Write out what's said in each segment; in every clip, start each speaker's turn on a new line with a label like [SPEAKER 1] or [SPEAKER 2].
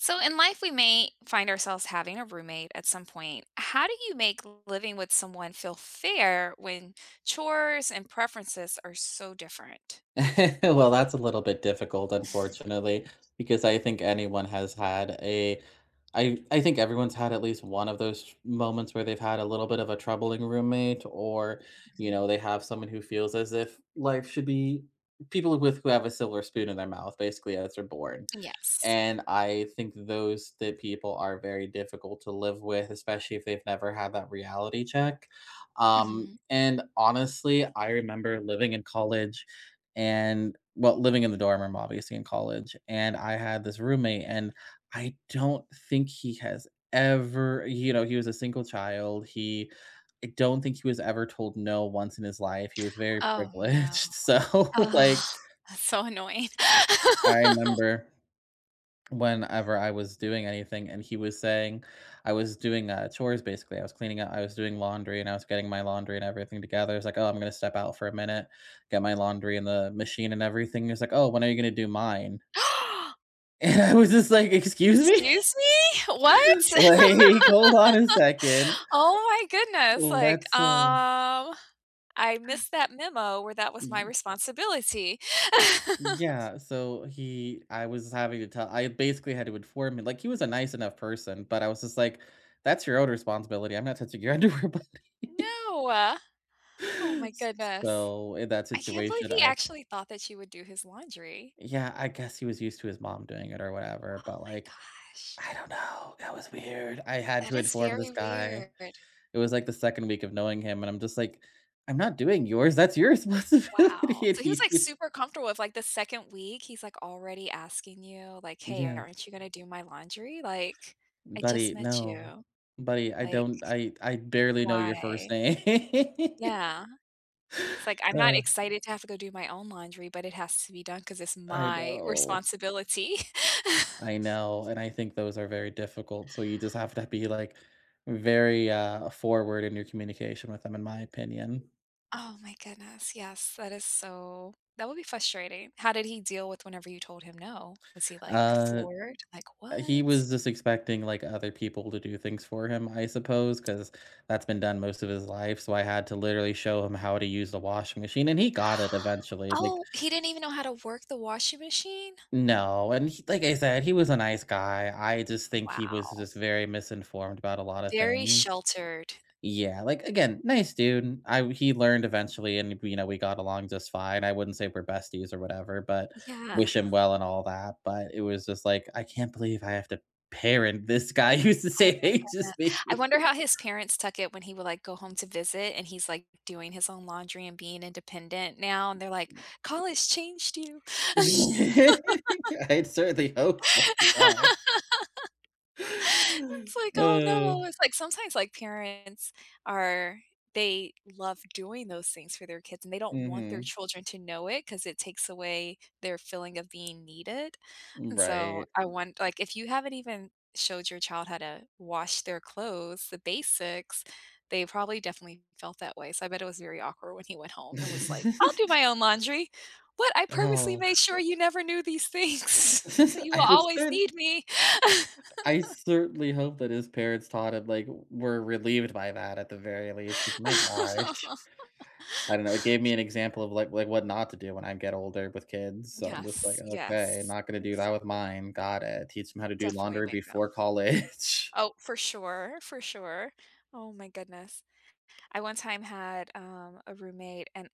[SPEAKER 1] So, in life, we may find ourselves having a roommate at some point. How do you make living with someone feel fair when chores and preferences are so different?
[SPEAKER 2] Well, that's a little bit difficult, unfortunately, because I think anyone has had a I think everyone's had at least one of those moments where they've had a little bit of a troubling roommate or, you know,
[SPEAKER 1] Mhm.
[SPEAKER 2] they have someone who feels as if life should be people with who have a silver spoon in their mouth, basically, as they're born.
[SPEAKER 1] Yes.
[SPEAKER 2] And I think those the people are very difficult to live with, especially if they've never had that reality check. Um,
[SPEAKER 1] Hmm.
[SPEAKER 2] and honestly, I remember living in college and well, living in the dorm room, obviously, in college. And I had this roommate, and I don't think he has ever, you know, he was a single child. I don't think he was ever told no once in his life. He was very
[SPEAKER 1] Oh, no.
[SPEAKER 2] privileged. So,
[SPEAKER 1] Oh,
[SPEAKER 2] like,
[SPEAKER 1] that's so annoying.
[SPEAKER 2] I remember whenever I was doing anything, and he was saying I was doing, chores, basically, I was doing laundry, and I was getting my laundry and everything together, I was like, "Oh, I'm gonna step out for a minute, get my laundry in the machine and everything," he like, "Oh, when are you gonna do mine?" And I was just like, "Excuse me?
[SPEAKER 1] Excuse me? What?
[SPEAKER 2] Like, hold on a second.
[SPEAKER 1] Oh, my goodness.
[SPEAKER 2] Let's, uh"
[SPEAKER 1] I missed that memo where that was my
[SPEAKER 2] Y
[SPEAKER 1] responsibility.
[SPEAKER 2] yeah, so he I was having to tell I basically had to inform him like, he was a nice enough person, but I was just like, "That's your own responsibility, I'm not touching your underwear, buddy."
[SPEAKER 1] No. Oh my goodness.
[SPEAKER 2] So, in that
[SPEAKER 1] I can't believe
[SPEAKER 2] situation,
[SPEAKER 1] he
[SPEAKER 2] I
[SPEAKER 1] actually thought that she would do his laundry.
[SPEAKER 2] yeah, I guess he was used to his mom doing it or whatever,
[SPEAKER 1] Oh
[SPEAKER 2] but,
[SPEAKER 1] my
[SPEAKER 2] like,
[SPEAKER 1] gosh.
[SPEAKER 2] I don't know, that was weird. I had
[SPEAKER 1] That
[SPEAKER 2] to
[SPEAKER 1] is
[SPEAKER 2] inform this
[SPEAKER 1] very
[SPEAKER 2] guy.
[SPEAKER 1] weird.
[SPEAKER 2] It was, like, the 2nd week of knowing him, and I'm just like, "I'm not doing yours, that's your
[SPEAKER 1] Wow.
[SPEAKER 2] responsibility," and
[SPEAKER 1] So he was
[SPEAKER 2] he's
[SPEAKER 1] like super comfortable with like the second week, he's like already asking you like, "Hey,
[SPEAKER 2] Yeah.
[SPEAKER 1] aren't you gonna do my laundry? Like, I just
[SPEAKER 2] "Buddy,
[SPEAKER 1] met
[SPEAKER 2] no.
[SPEAKER 1] you.
[SPEAKER 2] Buddy, I
[SPEAKER 1] Like,
[SPEAKER 2] don't I barely know
[SPEAKER 1] why?"
[SPEAKER 2] your first name."
[SPEAKER 1] Yeah. It's like, "I'm not
[SPEAKER 2] Uh,
[SPEAKER 1] excited to have to go do my own laundry, but it has to be done because it's
[SPEAKER 2] I
[SPEAKER 1] my
[SPEAKER 2] know.
[SPEAKER 1] responsibility."
[SPEAKER 2] I know, and I think those are very difficult, so you just have to be, like, very, forward in your communication with them, in my opinion.
[SPEAKER 1] Oh my goodness, yes, that is so that would be frustrating. How did he deal with whenever you told him no? Was he, like,
[SPEAKER 2] Uh,
[SPEAKER 1] floored? Like,
[SPEAKER 2] he
[SPEAKER 1] "What?"
[SPEAKER 2] was just expecting, like, other people to do things for him, I suppose, because 'cause that's been done most of his life, so I had to literally show him how to use the washing machine, and he got it eventually, like
[SPEAKER 1] Oh, he didn't even know how to work the washing machine?
[SPEAKER 2] No, and he like I said, he was a nice guy, I just think he was
[SPEAKER 1] Wow,
[SPEAKER 2] just very misinformed about a lot of
[SPEAKER 1] very
[SPEAKER 2] things.
[SPEAKER 1] sheltered.
[SPEAKER 2] Yeah, like, again, nice dude. I he learned eventually and, you know, we got along just fine. I wouldn't say we're besties or whatever, but
[SPEAKER 1] Yeah.
[SPEAKER 2] wish him well and all that, but it was just like, I can't believe I have to parent this guy who's the
[SPEAKER 1] Oh
[SPEAKER 2] same
[SPEAKER 1] my
[SPEAKER 2] age as
[SPEAKER 1] goodness.
[SPEAKER 2] me.
[SPEAKER 1] I wonder how his parents took it when he would, like, go home to visit and he's, like, doing his own laundry and being independent now, and they're like, "College changed you."
[SPEAKER 2] I'd certainly hope so, god.
[SPEAKER 1] It's like, "Oh,
[SPEAKER 2] Uh,
[SPEAKER 1] no." It's like sometimes, like, parents are they love doing those things for their kids, and they don't want their
[SPEAKER 2] mhm,
[SPEAKER 1] children to know it because it takes away their feeling of being needed, and so
[SPEAKER 2] right.
[SPEAKER 1] I want like, if you haven't even showed your child how to wash their clothes, the basics, they probably definitely felt that way, so I bet it was very awkward when he went home and was like, "I'll do my own laundry. What? I purposely
[SPEAKER 2] Oh,
[SPEAKER 1] made sure you never knew these things, so you will
[SPEAKER 2] I would
[SPEAKER 1] always
[SPEAKER 2] cer
[SPEAKER 1] need me."
[SPEAKER 2] I certainly hope that his parents taught him, like, were relieved by that at the very least, 'cause my gosh. I don't know, it gave me an example of, like, what not to do when I get older with kids, so I'm just like,
[SPEAKER 1] Yes,
[SPEAKER 2] "Okay,
[SPEAKER 1] yes,
[SPEAKER 2] not gonna do that with
[SPEAKER 1] exactly.
[SPEAKER 2] mine, got it." Teach them how to do
[SPEAKER 1] Definitely
[SPEAKER 2] laundry
[SPEAKER 1] make
[SPEAKER 2] before
[SPEAKER 1] them.
[SPEAKER 2] college.
[SPEAKER 1] Oh, for sure, for sure. Oh my goodness. I one time had, a roommate, and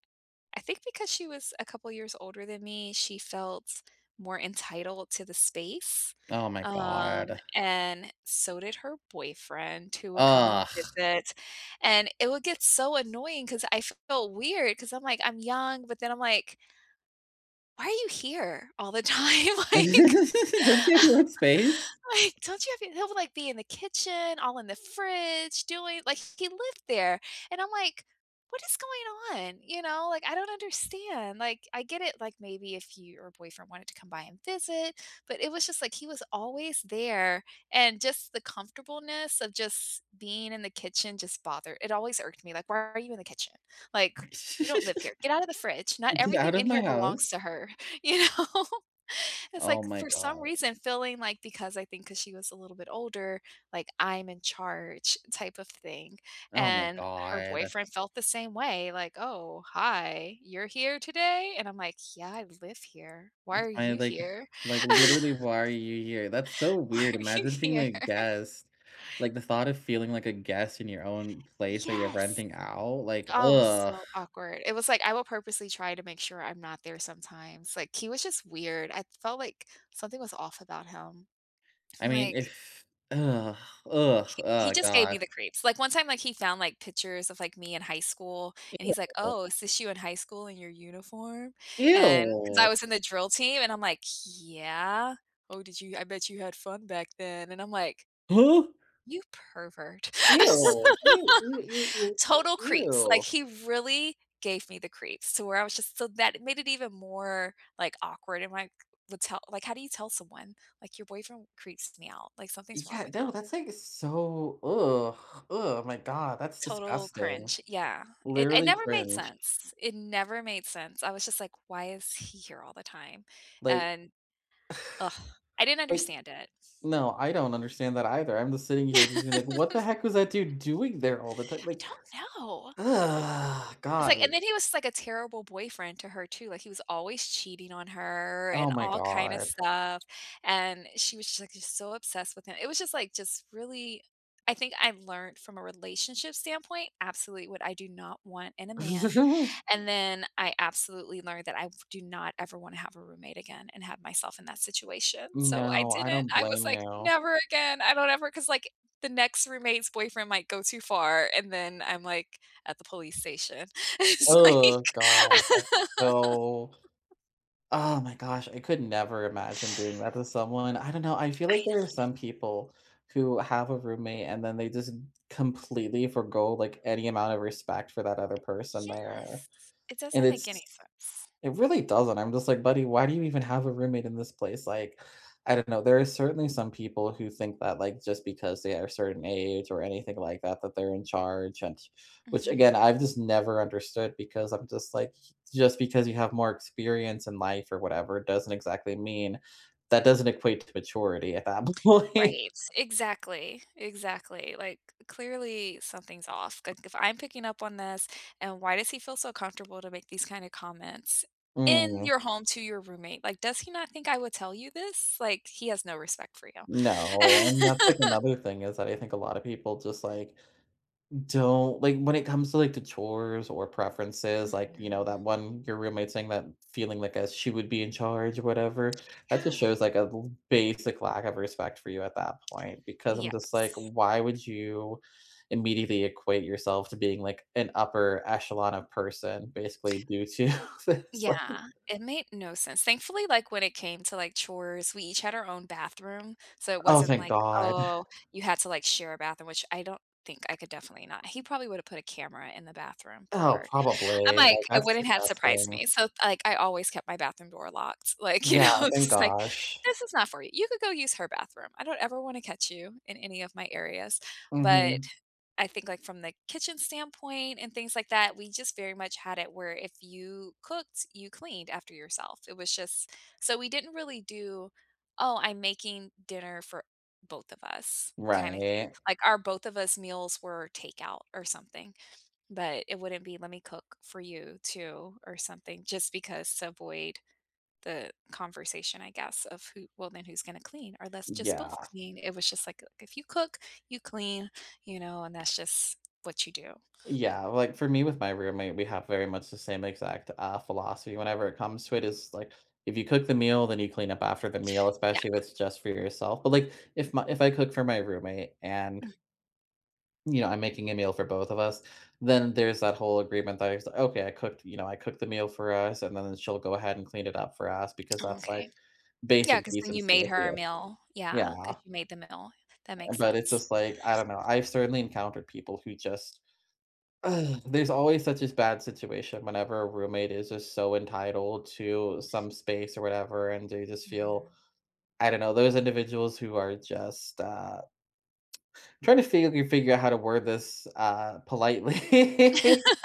[SPEAKER 1] I think because she was a couple years older than me, she felt more entitled to the space,
[SPEAKER 2] Oh my god.
[SPEAKER 1] and so did her boyfriend who would come and
[SPEAKER 2] Ugh.
[SPEAKER 1] visit, and it would get so annoying. Cause I felt weird. Because 'cause I'm like, "I'm young," but then I'm like, "Why are you here all the time?" Like
[SPEAKER 2] Don't you have your own space?
[SPEAKER 1] Like, don't you he'll, like, be in the kitchen, all in the fridge, doing like, he lived there, and I'm like, "What is going on?" You know, like, I don't understand, like, I get it, like, maybe if you your boyfriend wanted to come by and visit, but it was just like he was always there, and just the comfortableness of just being in the kitchen just bothered it always irked me, like, "Why are you in the kitchen?" Like, "You don't live here. Get out of the fridge. Not
[SPEAKER 2] Get out
[SPEAKER 1] everything
[SPEAKER 2] of
[SPEAKER 1] in
[SPEAKER 2] my
[SPEAKER 1] here belongs to
[SPEAKER 2] house.
[SPEAKER 1] her." You know? It's
[SPEAKER 2] Oh
[SPEAKER 1] like
[SPEAKER 2] my
[SPEAKER 1] for some
[SPEAKER 2] god.
[SPEAKER 1] reason feeling like because I think because she was a little bit older, like I'm in charge type of thing,
[SPEAKER 2] Oh my
[SPEAKER 1] and her
[SPEAKER 2] god.
[SPEAKER 1] boyfriend felt the same way, like, "Oh, hi, you're here today?" And I'm like, "Yeah, I live here. Why
[SPEAKER 2] It's
[SPEAKER 1] are
[SPEAKER 2] my
[SPEAKER 1] you here?
[SPEAKER 2] like, literally, why are you here? That's so
[SPEAKER 1] Why
[SPEAKER 2] weird.
[SPEAKER 1] are you
[SPEAKER 2] Imagine being
[SPEAKER 1] here?"
[SPEAKER 2] like a guest. Like, the thought of feeling like a guest in your own place that you're
[SPEAKER 1] Yes.
[SPEAKER 2] renting out, like,
[SPEAKER 1] Oh,
[SPEAKER 2] ugh.
[SPEAKER 1] so awkward. It was like I will purposely try to make sure I'm not there sometimes. Like, he was just weird. I felt like something was off about him.
[SPEAKER 2] I
[SPEAKER 1] I'm
[SPEAKER 2] mean,
[SPEAKER 1] like,
[SPEAKER 2] if ugh, ugh,
[SPEAKER 1] he
[SPEAKER 2] oh
[SPEAKER 1] just gave me
[SPEAKER 2] god.
[SPEAKER 1] the creeps. Like, one time, like, he found, like, pictures of, like, me in high school, and he's like,
[SPEAKER 2] Ew.
[SPEAKER 1] "Oh, is this you in high school in your uniform?" And because I
[SPEAKER 2] Ew.
[SPEAKER 1] was in the drill team, and I'm like, "Yeah? Oh, did you I bet you had fun back then." And I'm like,
[SPEAKER 2] Huh?
[SPEAKER 1] "You pervert."
[SPEAKER 2] Ew. Ew, ew, ew, ew,
[SPEAKER 1] Total creeps. Like,
[SPEAKER 2] ew.
[SPEAKER 1] he really gave me the creeps to where I was just so that it made it even more, like, awkward and, like, would tell like, how do you tell someone? Like, "Your boyfriend creeps me out." Like, something's wrong
[SPEAKER 2] Yeah,
[SPEAKER 1] with
[SPEAKER 2] no,
[SPEAKER 1] him.
[SPEAKER 2] that's, like, so ugh, ugh, my god, that's
[SPEAKER 1] Total
[SPEAKER 2] disgusting.
[SPEAKER 1] cringe, yeah. It
[SPEAKER 2] Literally
[SPEAKER 1] never made
[SPEAKER 2] cringe.
[SPEAKER 1] sense. It never made sense. I was just like, "Why is he here all the time?"
[SPEAKER 2] Like
[SPEAKER 1] And, ugh, I didn't
[SPEAKER 2] like
[SPEAKER 1] understand it.
[SPEAKER 2] No, I don't understand that either. I'm just sitting here just being like,
[SPEAKER 1] I
[SPEAKER 2] "What the heck was that dude doing there all the time?" Like,
[SPEAKER 1] don't know.
[SPEAKER 2] ugh,
[SPEAKER 1] It's like and
[SPEAKER 2] God.
[SPEAKER 1] then he was like a terrible boyfriend to her too, like, he was always cheating on her
[SPEAKER 2] Oh
[SPEAKER 1] and
[SPEAKER 2] my
[SPEAKER 1] all kind of
[SPEAKER 2] God.
[SPEAKER 1] stuff, and she was just, like, just so obsessed with him. It was just, like, just really I think I learned from a relationship standpoint, absolutely what I do not want in a man, and then I absolutely learned that I do not ever wanna have a roommate again and have myself in that situation, so I
[SPEAKER 2] No, I
[SPEAKER 1] didn't.
[SPEAKER 2] don't
[SPEAKER 1] I was
[SPEAKER 2] blame
[SPEAKER 1] like,
[SPEAKER 2] you.
[SPEAKER 1] "Never again, I don't ever" ever because like, the next roommate's boyfriend might go too far, and then I'm, like, at the police station. It's like
[SPEAKER 2] Oh God, that's
[SPEAKER 1] I
[SPEAKER 2] so oh my gosh, I could never imagine doing that to someone. I don't know, I feel
[SPEAKER 1] know,
[SPEAKER 2] like there are some people who have a roommate and then they just completely forgo, like, any amount of respect for that other person there,
[SPEAKER 1] yes. It
[SPEAKER 2] and
[SPEAKER 1] doesn't make
[SPEAKER 2] it's
[SPEAKER 1] any sense.
[SPEAKER 2] It really doesn't. I'm just like, buddy, why do you even have a roommate in this place? Like, I don't know. There are certainly some people who think that, like, just because they are a certain age or anything like that, that they're in charge. And which, again,
[SPEAKER 1] Mhm.
[SPEAKER 2] I've just never understood because I'm just like, just because you have more experience in life or whatever doesn't exactly mean that doesn't equate to maturity at that point.
[SPEAKER 1] Right. Exactly, exactly. Like, clearly something's off. Like, if I'm picking up on this, and why does he feel so comfortable to make these kind of comments in
[SPEAKER 2] Mm,
[SPEAKER 1] your home to your roommate? Like, does he not think I would tell you this? Like, he has no respect for you.
[SPEAKER 2] no. And that's like another thing is that I think a lot of people just like, Don't like, when it comes to, like, the chores or preferences, like, you know,
[SPEAKER 1] Mhm.
[SPEAKER 2] that one your roommate saying that feeling like as she would be in charge or whatever, that just
[SPEAKER 1] Yeah.
[SPEAKER 2] shows, like, a l basic lack of respect for you at that point because I'm just like,
[SPEAKER 1] Yes.
[SPEAKER 2] why would you immediately equate yourself to being, like, an upper echelon of person basically due to this, like
[SPEAKER 1] Yeah, it made no sense. Thankfully, like, when it came to, like, chores, we each had our own bathroom, so it
[SPEAKER 2] Oh,
[SPEAKER 1] wasn't
[SPEAKER 2] thank
[SPEAKER 1] like,
[SPEAKER 2] god.
[SPEAKER 1] "Oh, you had to, like, share a bathroom," which I don't think I could definitely not. He probably would have put a camera in the bathroom,
[SPEAKER 2] Oh,
[SPEAKER 1] pervert. I'm
[SPEAKER 2] probably,
[SPEAKER 1] like,
[SPEAKER 2] like,
[SPEAKER 1] it
[SPEAKER 2] that's
[SPEAKER 1] wouldn't have surprised
[SPEAKER 2] disgusting.
[SPEAKER 1] me. So, like, I always kept my bathroom door locked. Like, you
[SPEAKER 2] Yeah,
[SPEAKER 1] know, it's
[SPEAKER 2] thank
[SPEAKER 1] just like,
[SPEAKER 2] gosh.
[SPEAKER 1] "This is not for you. You could go use her bathroom. I don't ever wanna catch you in any of my areas." But
[SPEAKER 2] Mhm.
[SPEAKER 1] I think, like, from the kitchen standpoint and things like that, we just very much had it where if you cooked, you cleaned after yourself. It was just so we didn't really do, "Oh, I'm making dinner for both of us," kinda thing.
[SPEAKER 2] Right.
[SPEAKER 1] Like, our both of us meals were takeout or something, but it wouldn't be, "Let me cook for you too," or something just because to avoid the conversation, I guess, of who well, then who's gonna clean? Or let's just
[SPEAKER 2] Yeah.
[SPEAKER 1] both clean. It was just like, if you cook, you clean, you know, and that's just what you do.
[SPEAKER 2] Yeah, like, for me with my roommate, we have very much the same exact, philosophy whenever it comes to it, is, like, if you cook the meal, then you clean up after the meal,
[SPEAKER 1] Yeah.
[SPEAKER 2] especially if it's just for yourself, but, like, if I cook for my roommate and, you know, I'm making a meal for both of us, then there's that whole agreement that it's, like, "Okay, I cooked you know, I cooked the meal for us, and then she'll go ahead and clean it up for us," because
[SPEAKER 1] Oh,
[SPEAKER 2] that's, like,
[SPEAKER 1] okay. Yeah,
[SPEAKER 2] basic
[SPEAKER 1] because then you
[SPEAKER 2] decency,
[SPEAKER 1] made
[SPEAKER 2] I
[SPEAKER 1] her a
[SPEAKER 2] feel.
[SPEAKER 1] meal. Yeah,
[SPEAKER 2] Yeah,
[SPEAKER 1] because you made the meal. That makes
[SPEAKER 2] but it's
[SPEAKER 1] sense.
[SPEAKER 2] just, like, I don't know, I've certainly encountered people who just Ugh, there's always such this bad situation whenever a roommate is just so entitled to some space or whatever, and they just feel
[SPEAKER 1] Mhm.
[SPEAKER 2] I don't know those individuals who are just trying to figure out how to word this politely.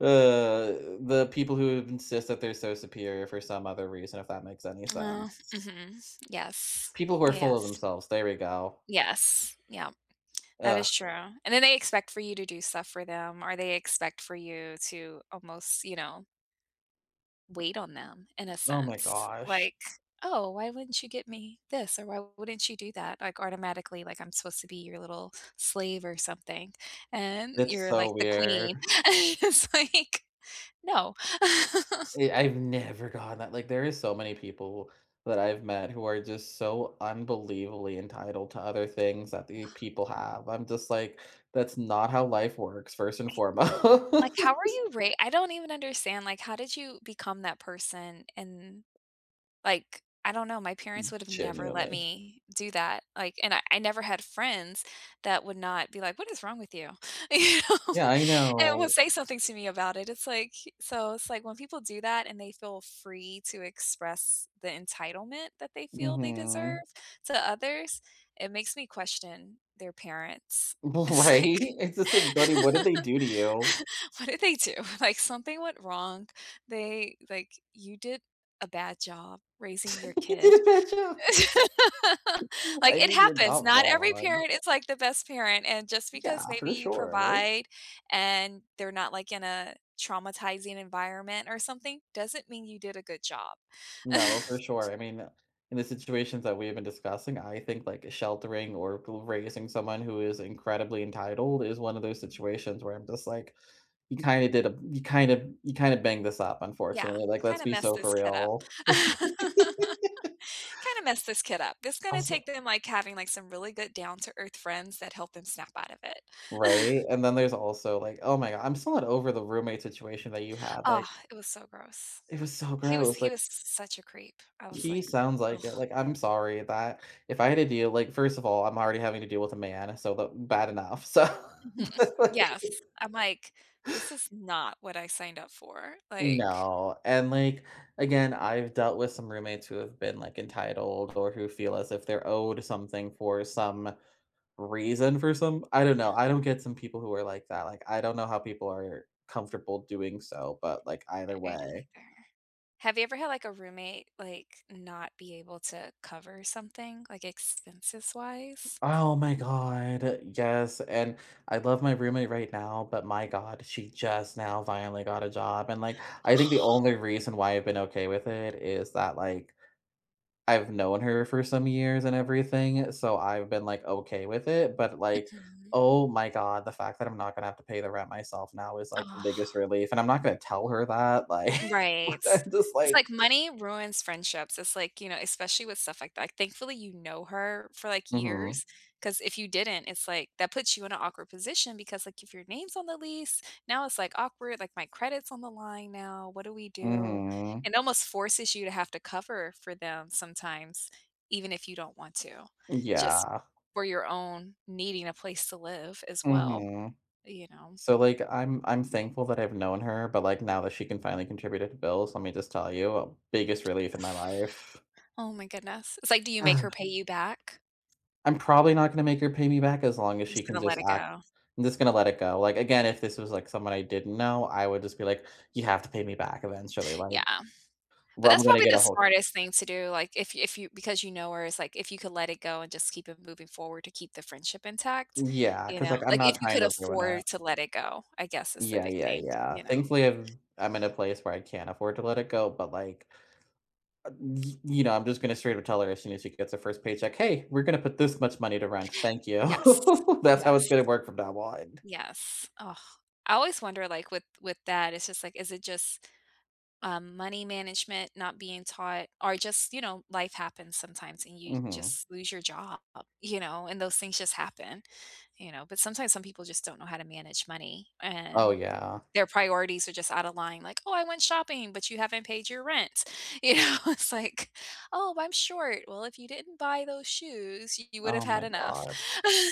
[SPEAKER 2] the people who insist that they're so superior for some other reason, if that makes any
[SPEAKER 1] Oh,
[SPEAKER 2] sense.
[SPEAKER 1] mhm. Yes.
[SPEAKER 2] People who are full of
[SPEAKER 1] Yes.
[SPEAKER 2] themselves. There we go.
[SPEAKER 1] Yes. Yeah. That
[SPEAKER 2] Ugh.
[SPEAKER 1] is true. And then they expect for you to do stuff for them, or they expect for you to almost, you know, weight on them in a
[SPEAKER 2] Oh my
[SPEAKER 1] sense.
[SPEAKER 2] gosh,
[SPEAKER 1] Like, "Oh, why wouldn't you get me this or why wouldn't you do that?" Like, automatically, like I'm supposed to be your little slave or something, and
[SPEAKER 2] it's
[SPEAKER 1] you're
[SPEAKER 2] so
[SPEAKER 1] like the
[SPEAKER 2] weird.
[SPEAKER 1] queen. It's like, "No."
[SPEAKER 2] I've never gotten that, like, there is so many people that I've met who are just so unbelievably entitled to other things that the people have. I'm just like, "That's not how life works, first and
[SPEAKER 1] I like,
[SPEAKER 2] foremost."
[SPEAKER 1] how are you ra I don't even understand, like, how did you become that person in Like, I don't know, my parents would have never let
[SPEAKER 2] Genuinely.
[SPEAKER 1] me do that, like and I never had friends that would not be like, "What is wrong with you?" You know?
[SPEAKER 2] Yeah, I
[SPEAKER 1] And will
[SPEAKER 2] know.
[SPEAKER 1] say something to me about it, it's like so it's like when people do that and they feel free to express the entitlement that they feel they deserve
[SPEAKER 2] Mhm.
[SPEAKER 1] to others, it makes me question their parents. It's
[SPEAKER 2] Right?
[SPEAKER 1] like
[SPEAKER 2] It's just like, buddy, what did they do to you?
[SPEAKER 1] What did they do? Like, something went wrong. They like, "You did a bad job raising your
[SPEAKER 2] You
[SPEAKER 1] kid."
[SPEAKER 2] did a bad job.
[SPEAKER 1] Like,
[SPEAKER 2] I
[SPEAKER 1] it
[SPEAKER 2] mean, you're
[SPEAKER 1] happens.
[SPEAKER 2] not
[SPEAKER 1] Not every
[SPEAKER 2] wrong.
[SPEAKER 1] parent is, like, the best parent, and just because
[SPEAKER 2] Yeah,
[SPEAKER 1] maybe
[SPEAKER 2] for
[SPEAKER 1] you
[SPEAKER 2] sure.
[SPEAKER 1] provide and they're not, like, in a traumatizing environment or something, doesn't mean you did a good job.
[SPEAKER 2] No, for sure. I mean, in the situations that we have been discussing, I think like sheltering or raising someone who is incredibly entitled is one of those situations where I'm just like, you kind of did a, you kind of banged this up,
[SPEAKER 1] Yeah,
[SPEAKER 2] unfortunately. Like, let's
[SPEAKER 1] "Kinda
[SPEAKER 2] be
[SPEAKER 1] messed
[SPEAKER 2] so for
[SPEAKER 1] this kid up."
[SPEAKER 2] real.
[SPEAKER 1] Kind of mess this kid up. It's going to
[SPEAKER 2] Also,
[SPEAKER 1] take them like having like some really good down to earth friends that help them snap out of it.
[SPEAKER 2] Right. And then there's also like, oh my God, I'm still not over the roommate situation that you had.
[SPEAKER 1] Oh,
[SPEAKER 2] Like,
[SPEAKER 1] it was so gross.
[SPEAKER 2] it was so gross.
[SPEAKER 1] He
[SPEAKER 2] Like,
[SPEAKER 1] was such a creep. I was
[SPEAKER 2] He
[SPEAKER 1] like,
[SPEAKER 2] sounds
[SPEAKER 1] ugh.
[SPEAKER 2] like it. Like, I'm sorry that if I had to deal like, first of all, I'm already having to deal with a man, so that bad enough. So,
[SPEAKER 1] Mhm,
[SPEAKER 2] but, like
[SPEAKER 1] yes. I'm like, this is not what I signed up for. Like,
[SPEAKER 2] No, and, like, again, I've dealt with some roommates who have been, like, entitled or who feel as if they're owed something for some reason for some I don't
[SPEAKER 1] yeah,
[SPEAKER 2] know. I don't get some people who are like that. Like, I don't know how people are comfortable doing so, but, like, either
[SPEAKER 1] I don't
[SPEAKER 2] way.
[SPEAKER 1] either. Have you ever had like a roommate like not be able to cover something like expenses wise?
[SPEAKER 2] Oh my god, yes, and I love my roommate right now, but my god, she just now finally got a job, and, like, I think the only reason why I've been okay with it is that, like, I've known her for some years and everything, so I've been, like, okay with it, but, like,
[SPEAKER 1] Mhm.
[SPEAKER 2] oh my god, the fact that I'm not gonna have to pay the rent myself now is, like, the biggest
[SPEAKER 1] Oh.
[SPEAKER 2] relief, and I'm not gonna tell her that, like,
[SPEAKER 1] Right.
[SPEAKER 2] I'm just
[SPEAKER 1] It's
[SPEAKER 2] like
[SPEAKER 1] like money ruins friendships. It's like, you know, especially with stuff like that. Like, thankfully, you know her for like
[SPEAKER 2] Mhm,
[SPEAKER 1] years. Cause if you didn't, it's like that puts you in an awkward position because, like, if your name's on the lease, now it's like awkward. Like, my credit's on the line now. What do we do?
[SPEAKER 2] mhm,
[SPEAKER 1] And almost forces you to have to cover for them sometimes, even if you don't want to, just
[SPEAKER 2] yeah,
[SPEAKER 1] for your own needing a place to live as well,
[SPEAKER 2] mhm.
[SPEAKER 1] you know?
[SPEAKER 2] So, like, I'm thankful that I've known her, but, like, now that she can finally contribute to bills, let me just tell you, biggest relief in my life.
[SPEAKER 1] Oh my goodness. It's like, do you make her
[SPEAKER 2] Ugh.
[SPEAKER 1] pay you back?
[SPEAKER 2] I'm probably not gonna make her pay me back as long as
[SPEAKER 1] You're
[SPEAKER 2] she
[SPEAKER 1] just
[SPEAKER 2] can
[SPEAKER 1] gonna let
[SPEAKER 2] just
[SPEAKER 1] it
[SPEAKER 2] act
[SPEAKER 1] go.
[SPEAKER 2] I'm just gonna let it go. Like, again, if this was, like, someone I didn't know, I would just be like, "You have to pay me back eventually," like,
[SPEAKER 1] Yeah, but
[SPEAKER 2] where I'm
[SPEAKER 1] that's
[SPEAKER 2] gonna
[SPEAKER 1] probably
[SPEAKER 2] get
[SPEAKER 1] the
[SPEAKER 2] a hold
[SPEAKER 1] smartest thing to do, like, if you because you know her, it's like, if you could let it go and just keep it moving forward to keep the friendship intact,
[SPEAKER 2] Yeah,
[SPEAKER 1] you
[SPEAKER 2] because
[SPEAKER 1] know?
[SPEAKER 2] like, I'm
[SPEAKER 1] Like, if
[SPEAKER 2] not
[SPEAKER 1] you
[SPEAKER 2] trying
[SPEAKER 1] could
[SPEAKER 2] to ruin it.
[SPEAKER 1] afford to let it go, I guess is the
[SPEAKER 2] Yeah,
[SPEAKER 1] big
[SPEAKER 2] yeah,
[SPEAKER 1] thing,
[SPEAKER 2] yeah.
[SPEAKER 1] you know?
[SPEAKER 2] Thankfully, I'm in a place where I can't afford to let it go, but, like, you know, I'm just going to straight up tell her as soon as she gets her first paycheck, hey, we're going to put this much money to rent. Thank you.
[SPEAKER 1] Yes.
[SPEAKER 2] That's how it's
[SPEAKER 1] Yes.
[SPEAKER 2] going to work from now on.
[SPEAKER 1] Yes. Oh, I always wonder, like, with that, it's just like, is it just, money management not being taught or just, you know, life happens sometimes and you
[SPEAKER 2] Hmm
[SPEAKER 1] just lose your job, you know, and those things just happen. You know, but sometimes some people just don't know how to manage money
[SPEAKER 2] Oh,
[SPEAKER 1] and
[SPEAKER 2] yeah.
[SPEAKER 1] their priorities are just out of line, like, "Oh, I went shopping, but you haven't paid your rent." You know, it's like, "Oh, I'm short." Well, if you didn't buy those shoes, you would have
[SPEAKER 2] Oh,
[SPEAKER 1] had
[SPEAKER 2] my
[SPEAKER 1] enough.
[SPEAKER 2] God.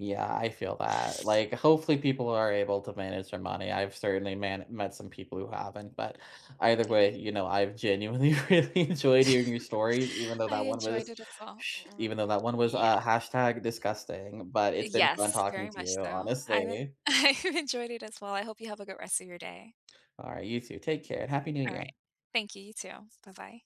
[SPEAKER 2] Yeah, I feel that. Like, hopefully, people are able to manage their money. Met some people who haven't, but either
[SPEAKER 1] No,
[SPEAKER 2] way, you know, I've genuinely really enjoyed hearing your stories, even though
[SPEAKER 1] I
[SPEAKER 2] that one
[SPEAKER 1] enjoyed
[SPEAKER 2] was.
[SPEAKER 1] it as all or
[SPEAKER 2] Even though that one was
[SPEAKER 1] Yeah.
[SPEAKER 2] hashtag disgusting, but it's been fun
[SPEAKER 1] Yes,
[SPEAKER 2] talking
[SPEAKER 1] very
[SPEAKER 2] to
[SPEAKER 1] much
[SPEAKER 2] you,
[SPEAKER 1] so. I've en
[SPEAKER 2] honestly.
[SPEAKER 1] I've enjoyed it as well. I hope you have a good rest of your day.
[SPEAKER 2] All right, you too. Take care and happy new
[SPEAKER 1] Alright.
[SPEAKER 2] year.
[SPEAKER 1] Thank you, you too. Bye-bye.